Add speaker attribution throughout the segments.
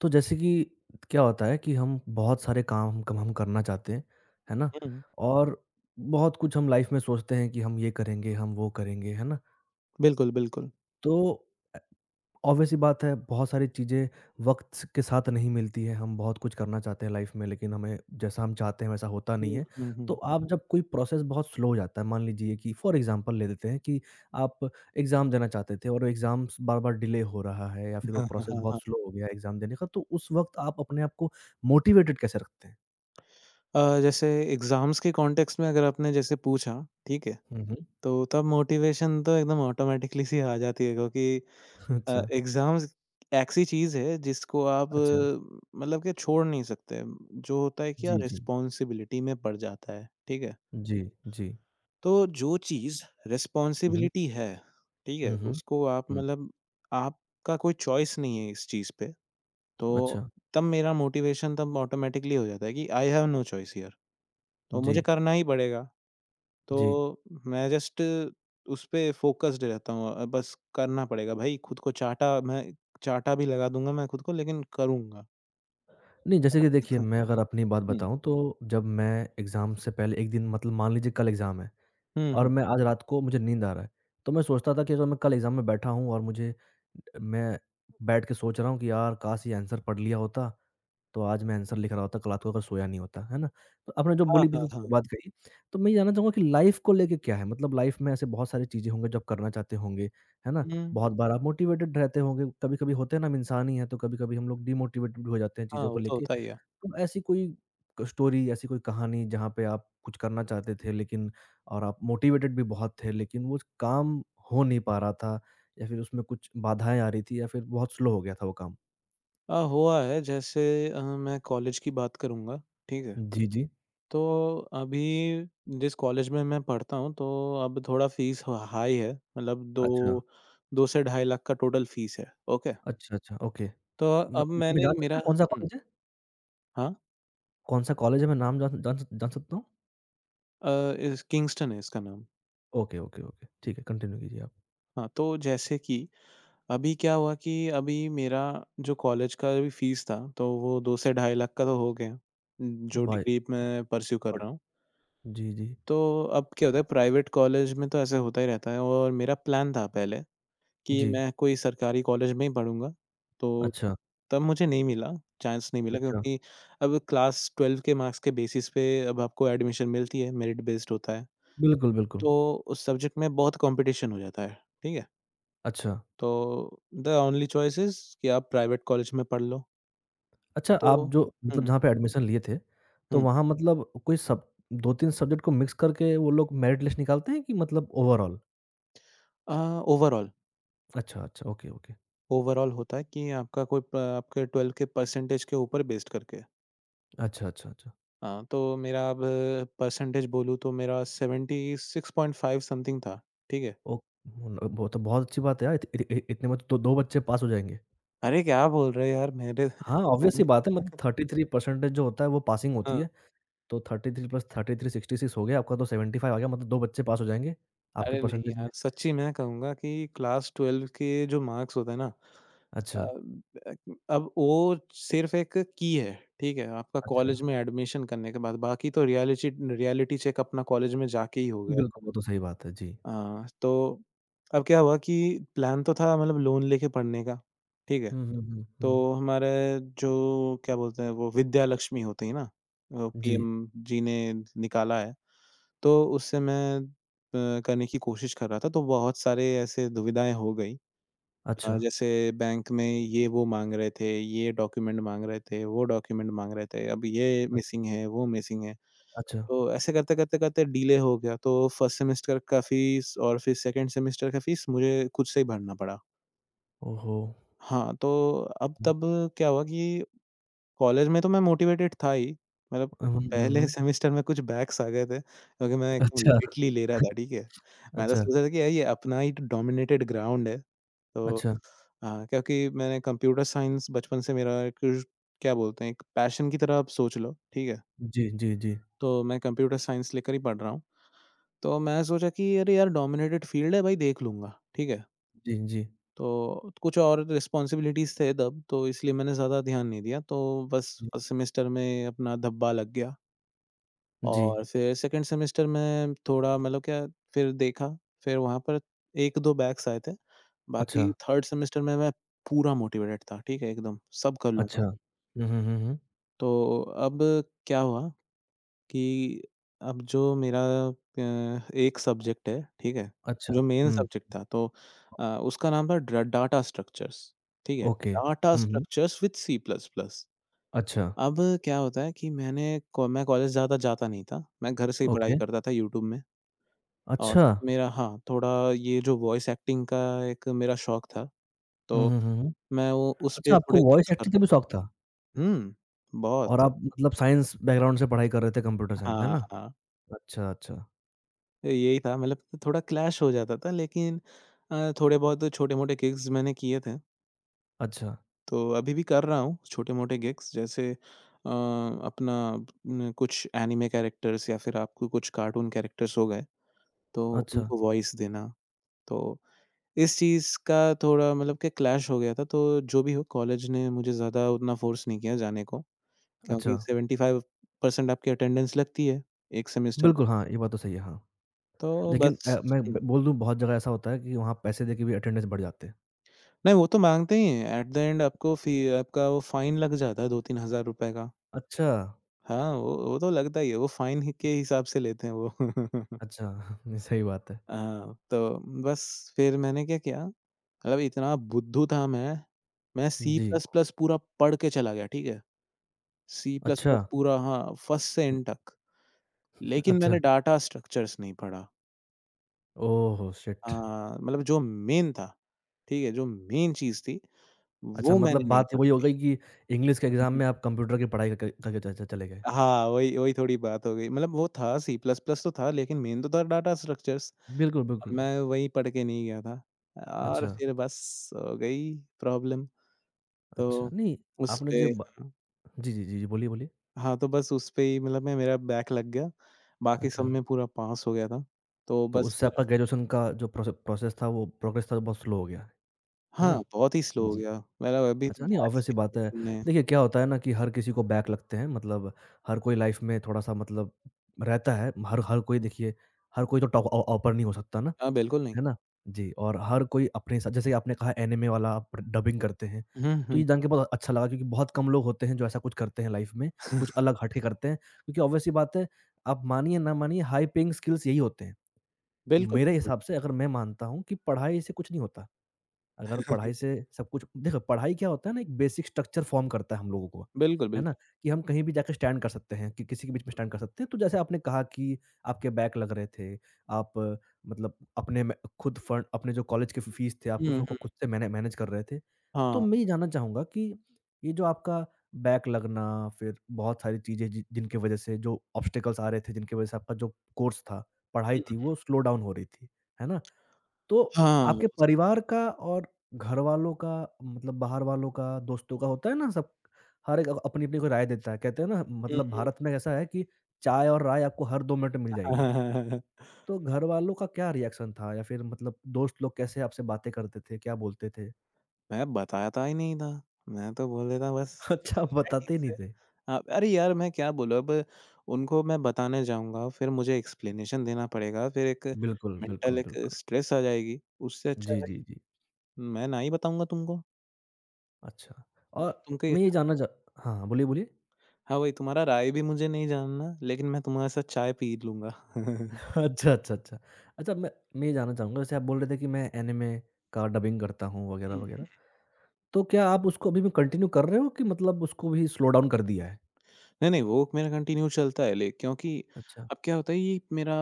Speaker 1: तो जैसे कि क्या होता है कि हम बहुत सारे काम हम करना चाहते हैं, है ना?
Speaker 2: हुँ,
Speaker 1: और बहुत कुछ हम लाइफ में सोचते हैं कि हम ये करेंगे, हम वो करेंगे, है ना?
Speaker 2: बिल्कुल, बिल्कुल।
Speaker 1: तो अ, ऑब्वियस सी बात है, बहुत सारी चीज़ें वक़्त स के साथ नहीं मिलती हैं, हम बहुत कुछ करना चाहते हैं लाइफ़ में लेकिन हमें जैसा हम चाहते हैं वैसा होता नहीं
Speaker 2: हुँ,
Speaker 1: है।
Speaker 2: हुँ,
Speaker 1: तो
Speaker 2: हुँ।
Speaker 1: आप जब कोई प्रोसेस बहुत स्लो हो जाता है, मान लीजिए कि फॉर एग्ज़ाम्पल ले लेते हैं कि आप एग्ज़ाम देना चाहते थे और एग्ज़ाम्स बार-बार डिले हो रहा है या फिर वो
Speaker 2: हाँ, हाँ,
Speaker 1: प्रोसेस
Speaker 2: हाँ,
Speaker 1: बहुत
Speaker 2: हाँ।
Speaker 1: स्लो हो गया है एग्ज़ाम देने का, तो उस वक़्त आप अपने आप को मोटिवेटेड कैसे रखते हैं?
Speaker 2: जैसे एग्ज़ाम्स के कॉन्टेक्स्ट में अगर आपने जैसे पूछा, ठीक है,
Speaker 1: हुँ, हुँ।
Speaker 2: तो तब मोटिवेशन तो एकदम ऑटोमैटिकली सी आ जाती है क्योंकि
Speaker 1: अच्छा,
Speaker 2: एग्ज़ाम्स ऐसी चीज़ है जिसको आप
Speaker 1: अच्छा।
Speaker 2: मतलब कि छोड़ नहीं सकते। जो होता है क्या
Speaker 1: जी, जी।
Speaker 2: रिस्पॉन्सिबिलिटी में पड़ जाता है, ठीक है?
Speaker 1: जी, जी।
Speaker 2: तो जो चीज़
Speaker 1: हुँ, हुँ।
Speaker 2: रिस्पॉन्सिबिलिटी है, ठीक है?
Speaker 1: हुँ, हुँ।
Speaker 2: उसको आप
Speaker 1: हुँ।
Speaker 2: मतलब आपका कोई चॉइस नहीं है इस चीज़ पे। तो
Speaker 1: अच्छा।
Speaker 2: तब मेरा मोटिवेशन तब ऑटोमैटिकली हो जाता है कि I have no choice here तो मुझे
Speaker 1: जी,
Speaker 2: करना ही पड़ेगा। तो
Speaker 1: जी।
Speaker 2: मैं जस्ट उस पे फ़ोकस्ड रहता हूँ बस करना पड़ेगा भाई खुद को चाँटा मैं चाँटा भी लगा दूँगा मैं खुद को लेकिन करूँगा।
Speaker 1: नहीं, जैसे
Speaker 2: अ,
Speaker 1: कि देखिए, मैं अगर अपनी बात
Speaker 2: हुँ।
Speaker 1: बताऊँ तो जब मैं एग्ज़ाम से पहले 1 दिन मतलब मान लीजिए कल एग्ज़ाम है
Speaker 2: हुँ,
Speaker 1: और
Speaker 2: हुँ।
Speaker 1: मैं आज रात को मुझे नींद आ रहा है, तो मैं सोचता था कि अगर मैं कल एग्ज़ाम में बैठा हूँ और मुझे मैं बैठ के सोच रहा हूँ कि यार काश ये आंसर पढ़ लिया होता, तो आज मैं आंसर लिख रहा होता कल रात को अगर सोया नहीं होता, है ना? तो आपने जो
Speaker 2: हाँ,
Speaker 1: बोली
Speaker 2: हाँ,
Speaker 1: बिल्कुल सही
Speaker 2: हाँ।
Speaker 1: बात कही, तो मैं ये जानना चाहूँगा कि लाइफ़ को लेके क्या है? मतलब लाइफ़ में ऐसे बहुत सारी चीज़ें होंगी जो आप करना चाहते होंगे, है ना?
Speaker 2: हुँ।
Speaker 1: बहुत बार आप मोटिवेटेड रहते होंगे, कभी-कभी होते हैं ना हम इंसान ही हैं, तो कभी-कभी हम लोग डिमोटिवेटेड भी हो जाते हैं
Speaker 2: हाँ,
Speaker 1: चीज़ों को
Speaker 2: वो तो
Speaker 1: लेके।
Speaker 2: होता ही है।
Speaker 1: तो ऐसी कोई क स्टोरी, ऐसी कोई कहानी जहाँ पे आप कुछ करना चाहते थे लेकिन और आप मोटिवेटेड भी बहुत थे लेकिन वो काम हो नहीं पा रहा था या फिर उसमें कुछ बाधाएँ आ रही थी या फिर बहुत स्लो हो गया था वो काम?
Speaker 2: हुआ है जैसे मैं कॉलेज की बात करूँगा, ठीक है?
Speaker 1: जी, जी।
Speaker 2: तो अभी जिस कॉलेज में मैं पढ़ता हूँ तो अब थोड़ा फ़ीस ह हाई है मतलब
Speaker 1: अच्छा।
Speaker 2: 2 से ढाई लाख का टोटल फ़ीस है, ओके?
Speaker 1: अच्छा, अच्छा, ओके।
Speaker 2: तो
Speaker 1: म
Speaker 2: अब
Speaker 1: मैं
Speaker 2: मैंने
Speaker 1: जान सकता हूँ
Speaker 2: मेरा
Speaker 1: कौन-सा
Speaker 2: हुँ।
Speaker 1: कॉलेज है?
Speaker 2: हाँ,
Speaker 1: कौन-सा कॉलेज है? मैं नाम जान जान सक जान सकता हूँ?
Speaker 2: इस किंग्स्टन है इसका नाम।
Speaker 1: Okay, okay, okay. ठीक है, कंटिन्यू कीजिए आप।
Speaker 2: हाँ, तो जैसे कि अभी क्या हुआ कि अभी मेरा जो कॉलेज का भी फ़ीस था तो वो 2 से
Speaker 1: जी।
Speaker 2: ढाई लाख का तो हो गया, जो
Speaker 1: बाय
Speaker 2: डिग्री मैं परस्यू कर
Speaker 1: गॉड
Speaker 2: रहा हूँ।
Speaker 1: जी, जी।
Speaker 2: तो अब क्या होता है प्राइवेट कॉलेज में तो ऐसे होता ही रहता है और मेरा प्लान था पहले कि
Speaker 1: जी।
Speaker 2: मैं कोई सरकारी कॉलेज में ही पढ़ूँगा, तो
Speaker 1: अच्छा,
Speaker 2: तब मुझे नहीं मिला, चांस नहीं मिला
Speaker 1: अच्छा।
Speaker 2: क्योंकि अब क्लास 12 के मार्क्स के बेसिस पे अब आपको एडमिशन मिलती है, मेरिट बेस्ड होता है।
Speaker 1: बिल्कुल, बिल्कुल।
Speaker 2: तो उस सब्जेक्ट में बहुत कॉम्पिटिशन हो जाता है, ठीक है?
Speaker 1: अच्छा।
Speaker 2: तो द ओनली चॉइस इज़ कि आप प्राइवेट कॉलेज में पढ़ लो।
Speaker 1: अच्छा,
Speaker 2: तो
Speaker 1: आप जो मतलब
Speaker 2: हुँ,
Speaker 1: जहाँ पे एडमिशन लिए थे, तो
Speaker 2: हुँ।
Speaker 1: वहाँ मतलब कोई सब 2-3 सब्जेक्ट को मिक्स करके वो लोग मेरिट लिस्ट निकालते हैं कि मतलब ओवरऑल?
Speaker 2: अ, ओवरऑल
Speaker 1: अच्छा, अच्छा, ओके, ओके।
Speaker 2: ओवरऑल होता है कि आपका कोई प आपके 12 के परसेंटेज के ऊपर बेस्ड करके।
Speaker 1: अच्छा, अच्छा, अच्छा।
Speaker 2: हाँ, तो मेरा अब परसेंटेज बोलूँ तो मेरा 76.5 समथिंग था, ठीक है?
Speaker 1: ओ मतलब वो तो बहुत अच्छी बात है यार, इत इ इ इतने में तो 2 बच्चे पास हो जाएँगे।
Speaker 2: अरे, क्या बोल रहे हो यार मेरे
Speaker 1: हाँ, ऑब्वियस
Speaker 2: मैंने
Speaker 1: सी बात है मतलब 33 परसेंटेज जो होता है वो पासिंग
Speaker 2: हाँ,
Speaker 1: होती है, तो 33 प्लस 33 66 हो गया, आपका तो 75 आ गया मतलब 2 बच्चे पास हो जाएँगे, आपके
Speaker 2: अरे नहीं
Speaker 1: परसेंटेज में।
Speaker 2: यार, सच्ची मैं कहूँगा कि क्लास 12 के जो मार्क्स होते हैं ना अ,
Speaker 1: अच्छा,
Speaker 2: अब वो सिर्फ़ एक की है, ठीक है? आपका
Speaker 1: अच्छा।
Speaker 2: कॉलेज में एडमिशन करने के बाद, बाकी तो रियलिची रियलिटी चेक अपना कॉलेज में जाके ही हो गया।
Speaker 1: बिल्कुल, वो तो सही बात है। जी।
Speaker 2: तो अब क्या हुआ कि प्लान तो था मतलब लोन लेके पढ़ने का, ठीक है?
Speaker 1: हुँ, हुँ, हुँ,
Speaker 2: तो
Speaker 1: हुँ।
Speaker 2: हमारे जो क्या बोलते हैं वो विद्या लक्ष्मी होती है ना, वो
Speaker 1: जी।
Speaker 2: पीएम जी ने निकाला है। तो उससे मैं करने की कोशिश कर रहा था, तो बहुत सारे ऐसे दुविधाएँ हो गई।
Speaker 1: अच्छा,
Speaker 2: जैसे बैंक में ये वो माँग रहे थे, ये डॉक्यूमेंट माँग रहे थे, वो डॉक्यूमेंट माँग रहे थे, अब ये
Speaker 1: अच्छा,
Speaker 2: मिसिंग है, वो मिसिंग है।
Speaker 1: अच्छा।
Speaker 2: तो ऐसे करते, करते, करते डिले हो गया, तो फर्स्ट सेमेस्टर का फीस और फिर सेकंड सेमेस्टर का फीस मुझे खुद से ही भरना पड़ा।
Speaker 1: ओहो!
Speaker 2: हाँ, तो अब तब क्या हुआ कि कॉलेज में तो मैं मोटिवेटेड था ही, मतलब
Speaker 1: हुँ,
Speaker 2: पहले
Speaker 1: हुँ।
Speaker 2: सेमेस्टर में कुछ बैक्स आ गए थे, क्योंकि मैं एकदम
Speaker 1: अच्छा,
Speaker 2: लाइटली ले रहा था, ठीक है? मैं तो
Speaker 1: अच्छा,
Speaker 2: सोच रहा था कि यार ये अपना ही डोमिनेटेड ग्राउंड है, तो
Speaker 1: अच्छा।
Speaker 2: हाँ, क्योंकि मैंने कंप्यूटर साइंस बचपन से मेरा एक क्या बोलते हैं, एक पैशन की तरह आप सोच लो, ठीक है?
Speaker 1: जी, जी, जी।
Speaker 2: तो मैं कंप्यूटर साइंस लेकर ही पढ़ रहा हूँ, तो मैं सोचा कि अरे यार डोमिनेटेड फील्ड है भाई देख लूँगा, ठीक है?
Speaker 1: जी, जी,
Speaker 2: तो कुछ और रिस्पॉन्सिबिलिटीज़ थे तब, तो इसलिए मैंने ज़्यादा ध्यान नहीं दिया। तो बस
Speaker 1: जी,
Speaker 2: फर्स्ट सेमेस्टर में अपना धब्बा लग गया
Speaker 1: जी।
Speaker 2: और फिर सेकंड सेमेस्टर में थोड़ा मतलब क्या फिर देखा, फिर वहाँ पर 1-2 बैक्स आए थे।
Speaker 1: अच्छा,
Speaker 2: बाकी थर्ड सेमेस्टर में मैं पूरा मोटिवेटेड था, ठीक है, एकदम, सब कर
Speaker 1: अच्छा।
Speaker 2: लूँगा।
Speaker 1: हुँ, हुँ, हुँ, हुँ।
Speaker 2: तो अब क्या हुआ कि अब जो मेरा एक सब्जेक्ट है, ठीक है?
Speaker 1: अच्छा,
Speaker 2: जो मेन
Speaker 1: हुँ,
Speaker 2: सब्जेक्ट था तो उसका नाम था ड डाटा स्ट्रक्चर्स, ठीक है?
Speaker 1: Okay.
Speaker 2: Data
Speaker 1: hmm, hmm.
Speaker 2: Structures with C plus plus.
Speaker 1: अच्छा,
Speaker 2: अब क्या होता है कि मैं कॉलेज ज़्यादा जाता नहीं था, मैं घर से ही पढ़ाई
Speaker 1: ओके।
Speaker 2: करता था यूट्यूब में और
Speaker 1: अच्छा!
Speaker 2: मेरा हाँ, थोड़ा ये जो वॉइस एक्टिंग का एक मेरा शौक था,
Speaker 1: हुँ,
Speaker 2: तो
Speaker 1: हुँ, हुँ, हुँ।
Speaker 2: मैं वो उस
Speaker 1: अच्छा,
Speaker 2: पे
Speaker 1: आपको
Speaker 2: थोड़े
Speaker 1: वॉइस
Speaker 2: gigs
Speaker 1: एक्टिंग का
Speaker 2: करता
Speaker 1: भी
Speaker 2: था।
Speaker 1: शौक था
Speaker 2: हुँ, बहुत।
Speaker 1: और आप मतलब साइंस बैकग्राउंड से पढ़ाई कर रहे थे कंप्यूटर साइंस, है
Speaker 2: हाँ,
Speaker 1: ना?
Speaker 2: हाँ।
Speaker 1: अच्छा, अच्छा,
Speaker 2: तो यही था मतलब थोड़ा क्लैश हो जाता था लेकिन थोड़े बहुत छोटे-मोटे गिग्स मैंने किए थे।
Speaker 1: अच्छा,
Speaker 2: तो अभी भी कर रहा हूँ छोटे-मोटे गिग्स जैसे अपना न कुछ एनिमे कैरेक्टर्स या फिर आपको कुछ कार्टून कैरेक्टर्स हो गए, तो
Speaker 1: अच्छा,
Speaker 2: उनको वॉइस देना। तो इस चीज़ का थोड़ा मतलब कि क्लैश हो गया था तो जो भी हो कॉलेज ने मुझे ज़्यादा उतना फ़ोर्स नहीं किया जाने को क्योंकि
Speaker 1: अच्छा।
Speaker 2: 75% आपकी अटेंडेंस लगती है, 1 सेमेस्टर
Speaker 1: बिल्कुल,
Speaker 2: में।
Speaker 1: हाँ, ये बात तो सही है, हाँ।
Speaker 2: तो
Speaker 1: लेकिन
Speaker 2: बस
Speaker 1: मैं ब
Speaker 2: हुँ।
Speaker 1: बोल दूँ बहुत जगह ऐसा होता है कि वहाँ पैसे देके भी अटेंडेंस बढ़ जाते हैं।
Speaker 2: नहीं, वो तो माँगते ही हैं। एट द एंड आपको फी आपका वो फाइन लग जाता है 2-3 हज़ार रुपए का।
Speaker 1: अच्छा!
Speaker 2: हाँ, वो तो लगता ही है, वो फाइन ही के हिसाब से लेते हैं वो।
Speaker 1: अच्छा, नहीं सही बात है।
Speaker 2: हाँ, तो बस फिर मैंने क्या किया, मतलब इतना बुद्धू था मैं सी
Speaker 1: जी,
Speaker 2: प्लस प्लस पूरा पढ़ के चला गया, ठीक है? सी प्लस
Speaker 1: अच्छा,
Speaker 2: प्लस पूरा हाँ, फर्स्ट से
Speaker 1: हुँ,
Speaker 2: एंड तक। लेकिन मैंने
Speaker 1: अच्छा,
Speaker 2: डाटा स्ट्रक्चर्स नहीं पढ़ा।
Speaker 1: Oh shit!
Speaker 2: हाँ, मतलब जो मेन था, ठीक है? जो मेन चीज़ थी,
Speaker 1: अच्छा
Speaker 2: वो मैंने
Speaker 1: मतलब
Speaker 2: नहीं
Speaker 1: बात वही हो गई कि इंग्लिश के एग्ज़ाम
Speaker 2: पढ़ी।
Speaker 1: में आप कंप्यूटर की पढ़ाई करके करके च च चले गए।
Speaker 2: हाँ, वही वही थोड़ी बात हो गई। मतलब वो था सी प्लस प्लस तो था लेकिन मेन तो था डाटा स्ट्रक्चर्स
Speaker 1: बिल्कुल,
Speaker 2: और
Speaker 1: बिल्कुल।
Speaker 2: मैं वही पढ़ के नहीं गया था। और
Speaker 1: अच्छा,
Speaker 2: फिर बस हो गई प्रॉब्लम।
Speaker 1: अच्छा,
Speaker 2: तो
Speaker 1: नहीं आपने
Speaker 2: उसपे
Speaker 1: जो ब
Speaker 2: हाँ,
Speaker 1: जी, जी, जी, जी, बोलिए, बोलिए।
Speaker 2: हाँ, तो बस उसपे ही मतलब मैं मेरा बैक लग गया। बाकी सब
Speaker 1: अच्छा,
Speaker 2: में पूरा पास हो गया था। तो
Speaker 1: तो
Speaker 2: बस
Speaker 1: उससे
Speaker 2: मेरा
Speaker 1: आपका ग्रेजुएशन का जो प्रोसेस था वो प्रोग्रेस था वो बहुत स्लो हो गया, है ना?
Speaker 2: हाँ, बहुत ही स्लो हो
Speaker 1: जी।
Speaker 2: गया। मेरा अभी तो
Speaker 1: अच्छा, नहीं
Speaker 2: बैक
Speaker 1: ऑब्वियस सी बात है।
Speaker 2: करने हैं।
Speaker 1: देखिए क्या होता है ना कि हर किसी को बैक लगते हैं मतलब हर कोई लाइफ में थोड़ा-सा मतलब रहता है। हर हर कोई देखिए हर कोई तो टॉप ऑ ऑपर नहीं हो सकता ना,
Speaker 2: हाँ, बिल्कुल नहीं।
Speaker 1: है ना? जी और हर कोई अपने हिसाब जैसे आपने कहा एनिमे वाला आप डबिंग करते हैं।
Speaker 2: हुँ,
Speaker 1: तो
Speaker 2: हुँ।
Speaker 1: ये जान के बहुत अच्छा लगा क्योंकि बहुत कम लोग होते हैं जो ऐसा कुछ करते हैं लाइफ में, कुछ अलग हट के करते हैं। क्योंकि ऑब्वियस सी बात है, आप मानिए ना मानिए हाई पेइंग स्किल्स यही होते हैं।
Speaker 2: बिल्कुल,
Speaker 1: मेरे
Speaker 2: बिल्कुल।
Speaker 1: हिसाब से, अगर मैं मानता हूँ कि पढ़ाई से कुछ नहीं होता। अगर पढ़ाई से सब कुछ देखो पढ़ाई क्या होता है ना एक बेसिक स्ट्रक्चर फॉर्म करता है हम लोगों को,
Speaker 2: बिल्कुल,
Speaker 1: है ना?
Speaker 2: बिल्कुल।
Speaker 1: कि हम कहीं भी जाके स्टैंड कर सकते हैं, कि किसी के बीच में स्टैंड कर सकते हैं। तो जैसे आपने कहा कि आपके बैक लग रहे थे, आप मतलब अपने में खुद फंड अपने जो कॉलेज के फ फीस थे आप
Speaker 2: हुँ,
Speaker 1: उसको
Speaker 2: हुँ।
Speaker 1: खुद से मैनेज कर रहे थे। तो
Speaker 2: हाँ।
Speaker 1: मैं ये जानना चाहूँगा कि ये जो आपका बैक लगना फिर बहुत सारी चीज़ें जि जिनकी वज़ह से जो ऑब्स्टेकल्स आ रहे थे, जिनकी वज़ह से आपका जो कोर्स था, पढ़ाई
Speaker 2: हुँ,
Speaker 1: थी वो स्लो डाउन हो रही थी, है ना? तो
Speaker 2: हाँ।
Speaker 1: आपके परिवार का और घरवालों का मतलब बाहर वालों का, दोस्तों का होता है ना सब हर एक अपनी-अपनी कोई राय देता है। कहते हैं ना मतलब
Speaker 2: हुँ।
Speaker 1: भारत में ऐसा है कि चाय और राय आपको हर 2 मिनट में मिल जाएगी। तो घरवालों का क्या रिएक्शन था या फिर मतलब दोस्त लोग कैसे आपसे बातें करते थे, क्या बोलते थे?
Speaker 2: मैं बताता ही नहीं था। मैं तो बोल देता बस सब
Speaker 1: अच्छा,
Speaker 2: चल
Speaker 1: आप
Speaker 2: रहा है ठीक
Speaker 1: बताते ही नहीं
Speaker 2: से।
Speaker 1: थे।
Speaker 2: हाँ, अरे यार मैं क्या बोलूँ अब उनको मैं बताने जाऊँगा, फिर मुझे एक्सप्लेनेशन देना पड़ेगा, फिर
Speaker 1: बिल्कुल, बिल्कुल,
Speaker 2: एक
Speaker 1: बिल्कुल।
Speaker 2: स्ट्रेस आ जाएगी। उससे अच्छा
Speaker 1: जी,
Speaker 2: भाई
Speaker 1: जी, जी।
Speaker 2: मैं ना ही बताऊँगा तुमको।
Speaker 1: अच्छा और
Speaker 2: तुमके
Speaker 1: मैं ये जानना चाह हाँ, हाँ, बोलिए, बोलिए।
Speaker 2: हाँ, वही तुम्हारा राय भी मुझे नहीं जानना, लेकिन मैं तुम्हारे साथ चाय पी लूँगा। हुँ।
Speaker 1: अच्छा, अच्छा, अच्छा। अच्छा, मैं ये जानना चाहूँगा जैसे आप बोल रहे थे कि मैं एनिमे का डबिंग करता हूँ वगैरह-वगैरह। तो क्या आप उसको अभी भी कंटिन्यू कर रहे हो कि मतलब उसको भी स्लो डाउन कर दिया है?
Speaker 2: नहीं, नहीं वो मेरा कंटिन्यू चलता है ले क्योंकि
Speaker 1: अच्छा,
Speaker 2: अब क्या होता है ये मेरा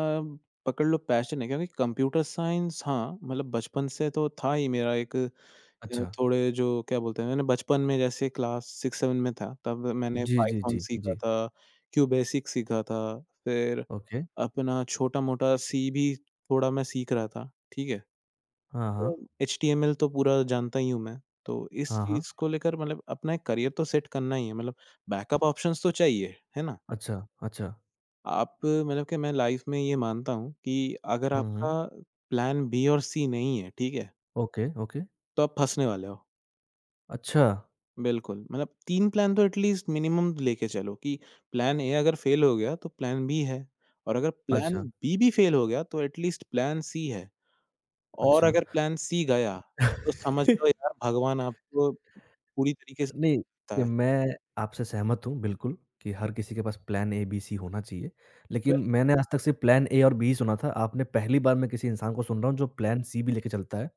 Speaker 2: पकड़ लो पैशन है क्योंकि कंप्यूटर साइंस हाँ, मतलब बचपन से तो था ही मेरा एक
Speaker 1: अच्छा।
Speaker 2: थोड़े जो क्या बोलते हैं मैंने बचपन में जैसे क्लास 6-7 में था, तब मैंने
Speaker 1: जी, जी,
Speaker 2: पाइथन
Speaker 1: जी,
Speaker 2: सीखा
Speaker 1: जी।
Speaker 2: था, क्यू बेसिक सीखा था, फिर
Speaker 1: ओके।
Speaker 2: अपना छोटा-मोटा सी भी थोड़ा मैं सीख रहा था, ठीक है?
Speaker 1: हाँ, हाँ।
Speaker 2: तो एचटीएमएल तो पूरा जानता ही हूँ मैं, तो इस
Speaker 1: हाँ, हाँ।
Speaker 2: चीज़ को लेकर मतलब अपना एक करियर तो सेट करना ही है, मतलब बैकअप ऑप्शंस तो चाहिए, है ना?
Speaker 1: अच्छा, अच्छा।
Speaker 2: आप मतलब कि मैं लाइफ़ में ये मानता हूँ कि अगर
Speaker 1: हुँ,
Speaker 2: आपका
Speaker 1: हुँ।
Speaker 2: प्लान बी और सी नहीं है, ठीक है?
Speaker 1: Okay, okay.
Speaker 2: तो आप फँसने वाले हो।
Speaker 1: अच्छा,
Speaker 2: बिल्कुल, मतलब 3 प्लान तो एटलीस्ट मिनिमम लेके चलो कि प्लान ए अगर फेल हो गया तो प्लान बी है और अगर प्लान
Speaker 1: अच्छा,
Speaker 2: बी भी फेल हो गया तो एटलीस्ट प्लान सी है और
Speaker 1: अच्छा।
Speaker 2: अगर प्लान सी गया तो समझ लो यार भगवान आपको पूरी तरीके से
Speaker 1: नहीं,
Speaker 2: देता
Speaker 1: ये
Speaker 2: है।
Speaker 1: मैं आपसे सहमत हूँ बिल्कुल कि हर किसी के पास प्लान ए, बी, सी होना चाहिए। लेकिन
Speaker 2: बिल
Speaker 1: मैंने आज तक सिर्फ़ प्लान ए और बी ही सुना था। आपने पहली बार मैं किसी इंसान को सुन रहा हूँ जो प्लान सी भी लेके चलता है।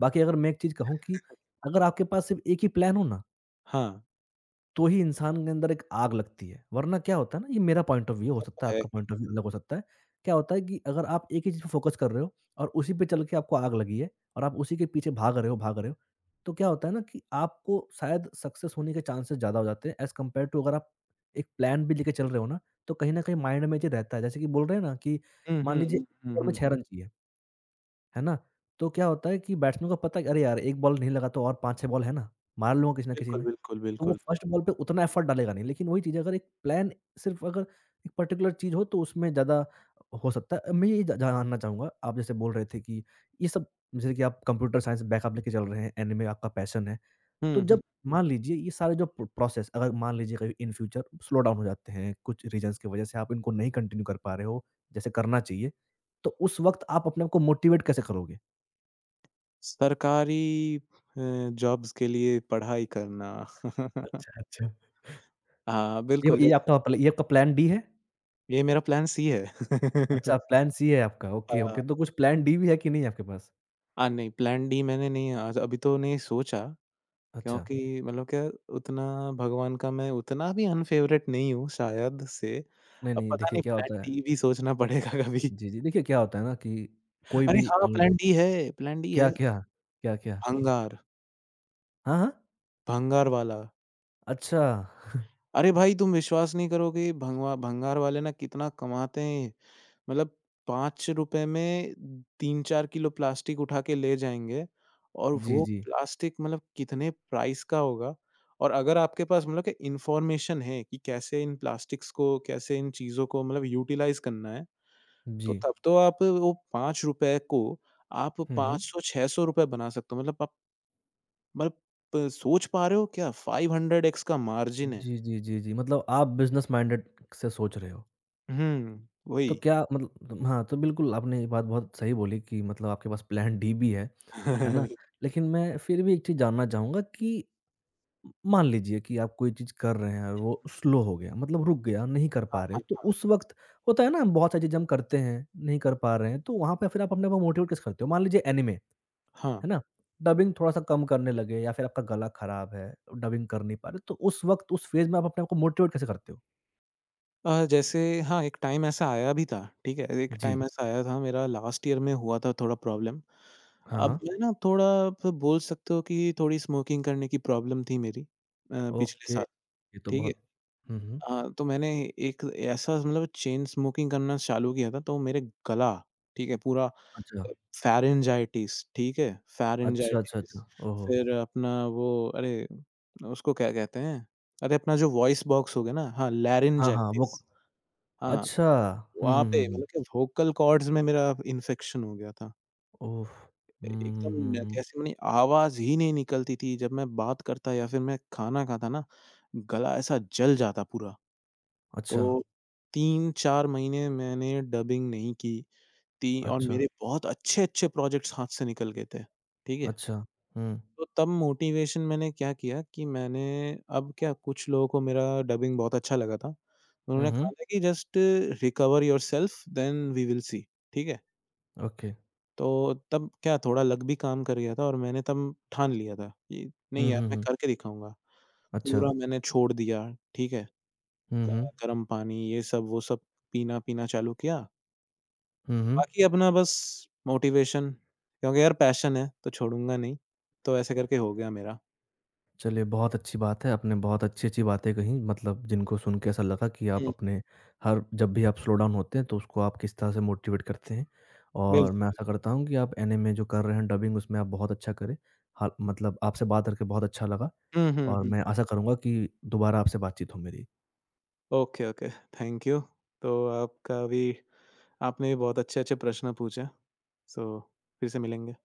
Speaker 1: बाकी अगर मैं एक चीज़ कहूँ कि अगर आपके पास सिर्फ़ एक ही प्लान हो ना
Speaker 2: हाँ,
Speaker 1: तो ही इंसान के अंदर एक आग लगती है। वरना क्या होता है ना, ये मेरा पॉइंट ऑफ व्यू हो
Speaker 2: होता तो
Speaker 1: सकता है,
Speaker 2: है
Speaker 1: आपका
Speaker 2: ही।
Speaker 1: पॉइंट ऑफ व्यू अलग हो सकता है। क्या होता है कि अगर आप एक ही चीज़ पे फोकस कर रहे हो और उसी पे चल के आपको आग लगी है और आप उसी के पीछे भाग रहे हो, तो क्या होता है ना कि आपको शायद सक्सेस होने के चांसेस ज़्यादा हो जाते हैं एज़ कम्पेयर टू अगर आप एक प्लान भी लेके चल रहे हो ना, तो कहीं न कहीं माइंड में ये रहता है। जैसे कि बोल रहे हैं ना कि
Speaker 2: हुँ,
Speaker 1: मान
Speaker 2: हुँ,
Speaker 1: लीजिए
Speaker 2: हुँ,
Speaker 1: एक
Speaker 2: हुँ,
Speaker 1: ओवर में
Speaker 2: हुँ।
Speaker 1: 6 रन चाहिए। है ना? तो क्या होता है कि बैट्समैन को पता है कि अरे यार! 1 बॉल नहीं लगा तो और 5-6 बॉल है ना, मार लूँगा किसी ना किसी
Speaker 2: बिल्कुल,
Speaker 1: में।
Speaker 2: बिल्कुल,
Speaker 1: तो वो
Speaker 2: बिल्कुल।
Speaker 1: फर्स्ट बॉल पे उतना एफर्ट डालेगा नहीं। लेकिन वही चीज़ है अगर एक प्लान सिर्फ़ अगर एक पर्टिकुलर चीज़ हो तो उसमें ज़्यादा हो सकता है। मैं ये ज जानना चाहूँगा आप जैसे बोल रहे थे कि ये सब जैसे कि आप कंप्यूटर साइंस बैकअप लेके चल रहे हैं, एनिमे आपका पैशन है। तो
Speaker 2: हुँ, हुँ।
Speaker 1: जब मान लीजिए ये सारे जो प्रोसेस अगर मान लीजिए कभी इन फ्यूचर स्लो डाउन हो जाते हैं, कुछ रीज़न्स की वज़ह से आप इनको नहीं कंटिन्यू कर पा रहे हो, जैसे करना चाहिए, तो उस वक़्त आप अपने आप को मोटिवेट कैसे करोगे?
Speaker 2: सरकारी जॉब्स के लिए पढ़ाई करना।
Speaker 1: अच्छा, अच्छा।
Speaker 2: हाँ,
Speaker 1: ये
Speaker 2: बिल्कुल,
Speaker 1: ये
Speaker 2: जैसे
Speaker 1: आपका प्ल ये आपका प्लान डी है?
Speaker 2: ये मेरा प्लान सी है।
Speaker 1: अच्छा प्लान सी है आपका, ओके, ओके,
Speaker 2: हाँ।
Speaker 1: तो कुछ प्लान डी भी है कि नहीं आपके पास?
Speaker 2: नहीं प्लान डी मैंने नहीं आज अभी तो नहीं सोचा
Speaker 1: अच्छा,
Speaker 2: क्योंकि मतलब क्या उतना भगवान का मैं उतना भी अनफ़ेवरेट नहीं हूँ शायद से।
Speaker 1: नहीं,
Speaker 2: अब
Speaker 1: नहीं,
Speaker 2: पता
Speaker 1: देखिए
Speaker 2: नहीं
Speaker 1: क्या
Speaker 2: प्लान
Speaker 1: होता है
Speaker 2: डी भी सोचना पड़ेगा कभी।
Speaker 1: जी, जी, देखिए क्या होता है ना कि कोई
Speaker 2: अरे
Speaker 1: भी
Speaker 2: हाँ,
Speaker 1: अल
Speaker 2: प्लान डी है, प्लान डी
Speaker 1: क्या,
Speaker 2: है।
Speaker 1: क्या? क्या, क्या?
Speaker 2: भंगार,
Speaker 1: हाँ, हाँ,
Speaker 2: भंगार वाला।
Speaker 1: अच्छा,
Speaker 2: अरे भाई, तुम विश्वास नहीं करोगे भंगवा भंगार वाले ना कितना कमाते हैं। मतलब ₹5 में 3-4 किलो प्लास्टिक उठा के ले जाएँगे और वो
Speaker 1: जी,
Speaker 2: हुँ।
Speaker 1: जी,
Speaker 2: प्लास्टिक मतलब कितने प्राइस का होगा और अगर आपके पास मतलब कि इन्फॉर्मेशन है कि कैसे इन प्लास्टिक्स को, कैसे इन चीज़ों को मतलब यूटिलाइज़ करना है, तो
Speaker 1: जी,
Speaker 2: तब तो आप वो ₹5 को आप
Speaker 1: हुँ, हुँ।
Speaker 2: 500 ₹600 बना सकते हो। मतलब आप मतलब सोच पा रहे हो क्या? 500x का मार्जिन है।
Speaker 1: जी, जी, जी, जी। मतलब आप बिज़नेस माइंडेड से सोच रहे हो।
Speaker 2: हुँ,
Speaker 1: तो
Speaker 2: वही।
Speaker 1: क्या मतलब हाँ, तो बिल्कुल आपने ये बात बहुत सही बोली कि मतलब आपके पास प्लान डी भी है ना? लेकिन मैं फिर भी एक चीज़ जानना चाहूँगा कि मान लीजिए कि आप कोई चीज़ कर रहे हैं और वो स्लो हो गया, मतलब रुक गया, नहीं कर
Speaker 2: हाँ,
Speaker 1: पा रहे हो।
Speaker 2: हाँ।
Speaker 1: तो उस वक़्त होता है ना बहुत सारी चीज़ें हम करते हैं, नहीं कर पा रहे हैं, तो वहाँ पे फिर आप अपने आप को मोटिवेट कैसे करते हो? मान लीजिए एनीमे, है
Speaker 2: हाँ।
Speaker 1: ना? डबिंग थोड़ा-सा कम करने लगे या फिर आपका गला खराब है, डबिंग कर नहीं पा रहे, तो उस वक़्त उस फ़ेज़ में आप अपने आप को मोटिवेट कैसे करते हो?
Speaker 2: जैसे हाँ, एक टाइम ऐसा आया भी था, ठीक है? एक
Speaker 1: जी।
Speaker 2: टाइम ऐसा आया था मेरा लास्ट ईयर में हुआ था थोड़ा प्रॉब्लम।
Speaker 1: हाँ,
Speaker 2: अब
Speaker 1: हाँ।
Speaker 2: मैं ना थोड़ा आप बोल सकते हो कि थोड़ी स्मोकिंग करने की प्रॉब्लम थी मेरी
Speaker 1: ओके,
Speaker 2: पिछले
Speaker 1: ये तो
Speaker 2: ठीक है।
Speaker 1: बहुत हुँ, हुँ।
Speaker 2: हाँ, तो मैंने एक ऐसा मतलब चेन स्मोकिंग करना चालू किया था तो मेरे गला, ठीक है, पूरा
Speaker 1: अच्छा,
Speaker 2: फ़ैरिन्जाइटिस, ठीक है?
Speaker 1: अच्छा, अच्छा,
Speaker 2: फ़ैरिन्जाइटिस
Speaker 1: अच्छा। ओहो!
Speaker 2: फिर अपना वो अरे, उसको क्या कहते हैं? अरे, अपना जो वॉइस बॉक्स हो गया ना हाँ,
Speaker 1: हाँ, हाँ, वो
Speaker 2: लैरिन्जाइटिस हाँ,
Speaker 1: अच्छा। हुँ,
Speaker 2: वहाँ
Speaker 1: हुँ, हुँ,
Speaker 2: पे
Speaker 1: हुँ।
Speaker 2: मतलब कि वोकल कॉर्ड्स में मेरा इन्फेक्शन हो गया था।
Speaker 1: ओह!
Speaker 2: ए
Speaker 1: हुँ, हुँ,
Speaker 2: एकदम
Speaker 1: हुँ, हुँ।
Speaker 2: कैसे माने आवाज़ ही नहीं निकलती थी जब मैं बात करता या फिर मैं खाना खाता ना, गला ऐसा जल जाता पूरा। तो
Speaker 1: अच्छा,
Speaker 2: 3-4 महीने मैंने डबिंग नहीं की, ती और
Speaker 1: अच्छा,
Speaker 2: मेरे बहुत अच्छे-अच्छे प्रोजेक्ट्स हाथ से निकल गए थे, ठीक है?
Speaker 1: अच्छा। हुँ।
Speaker 2: तो तब मोटिवेशन मैंने क्या किया कि मैंने अब क्या कुछ लोगों को मेरा डबिंग बहुत अच्छा लगा था।
Speaker 1: हुँ,
Speaker 2: उन्होंने कहा
Speaker 1: हुँ।
Speaker 2: था कि just recover yourself then we will see, ठीक है?
Speaker 1: ओके।
Speaker 2: तो तब क्या थोड़ा लक भी काम कर गया था और मैंने तब ठान लिया था कि नहीं
Speaker 1: हुँ,
Speaker 2: यार
Speaker 1: हुँ,
Speaker 2: मैं
Speaker 1: हुँ।
Speaker 2: करके दिखाऊँगा।
Speaker 1: अच्छा।
Speaker 2: पूरा मैंने छोड़ दिया, ठीक है?
Speaker 1: हुँ,
Speaker 2: ग
Speaker 1: हुँ।
Speaker 2: गर्म पानी ये सब वो सब पीना-पीना चालू किया।
Speaker 1: हुँ, हुँ।
Speaker 2: बाकी अपना बस मोटिवेशन क्योंकि यार पैशन है तो छोड़ूँगा नहीं, तो ऐसे करके हो गया मेरा।
Speaker 1: चलिए, बहुत अच्छी बात है। आपने बहुत अच्छी-अच्छी बातें कहीं मतलब जिनको सुन के ऐसा लगा कि आप
Speaker 2: हुँ।
Speaker 1: अपने हर जब भी आप स्लो डाउन होते हैं तो उसको आप किस तरह से मोटिवेट करते हैं। और मैं
Speaker 2: बिल्कुल,
Speaker 1: आशा करता हूँ कि आप एनीमे जो कर रहे हैं डबिंग उसमें आप बहुत अच्छा करें। हाल मतलब आपसे बात करके बहुत अच्छा लगा
Speaker 2: हुँ, हुँ,
Speaker 1: और
Speaker 2: हुँ।
Speaker 1: मैं आशा करूँगा कि दोबारा आपसे बातचीत हो मेरी।
Speaker 2: Okay, okay, thank you. तो आपका भी आपने भी बहुत अच्छे-अच्छे प्रश्न पूछे, सो फिर से मिलेंगे।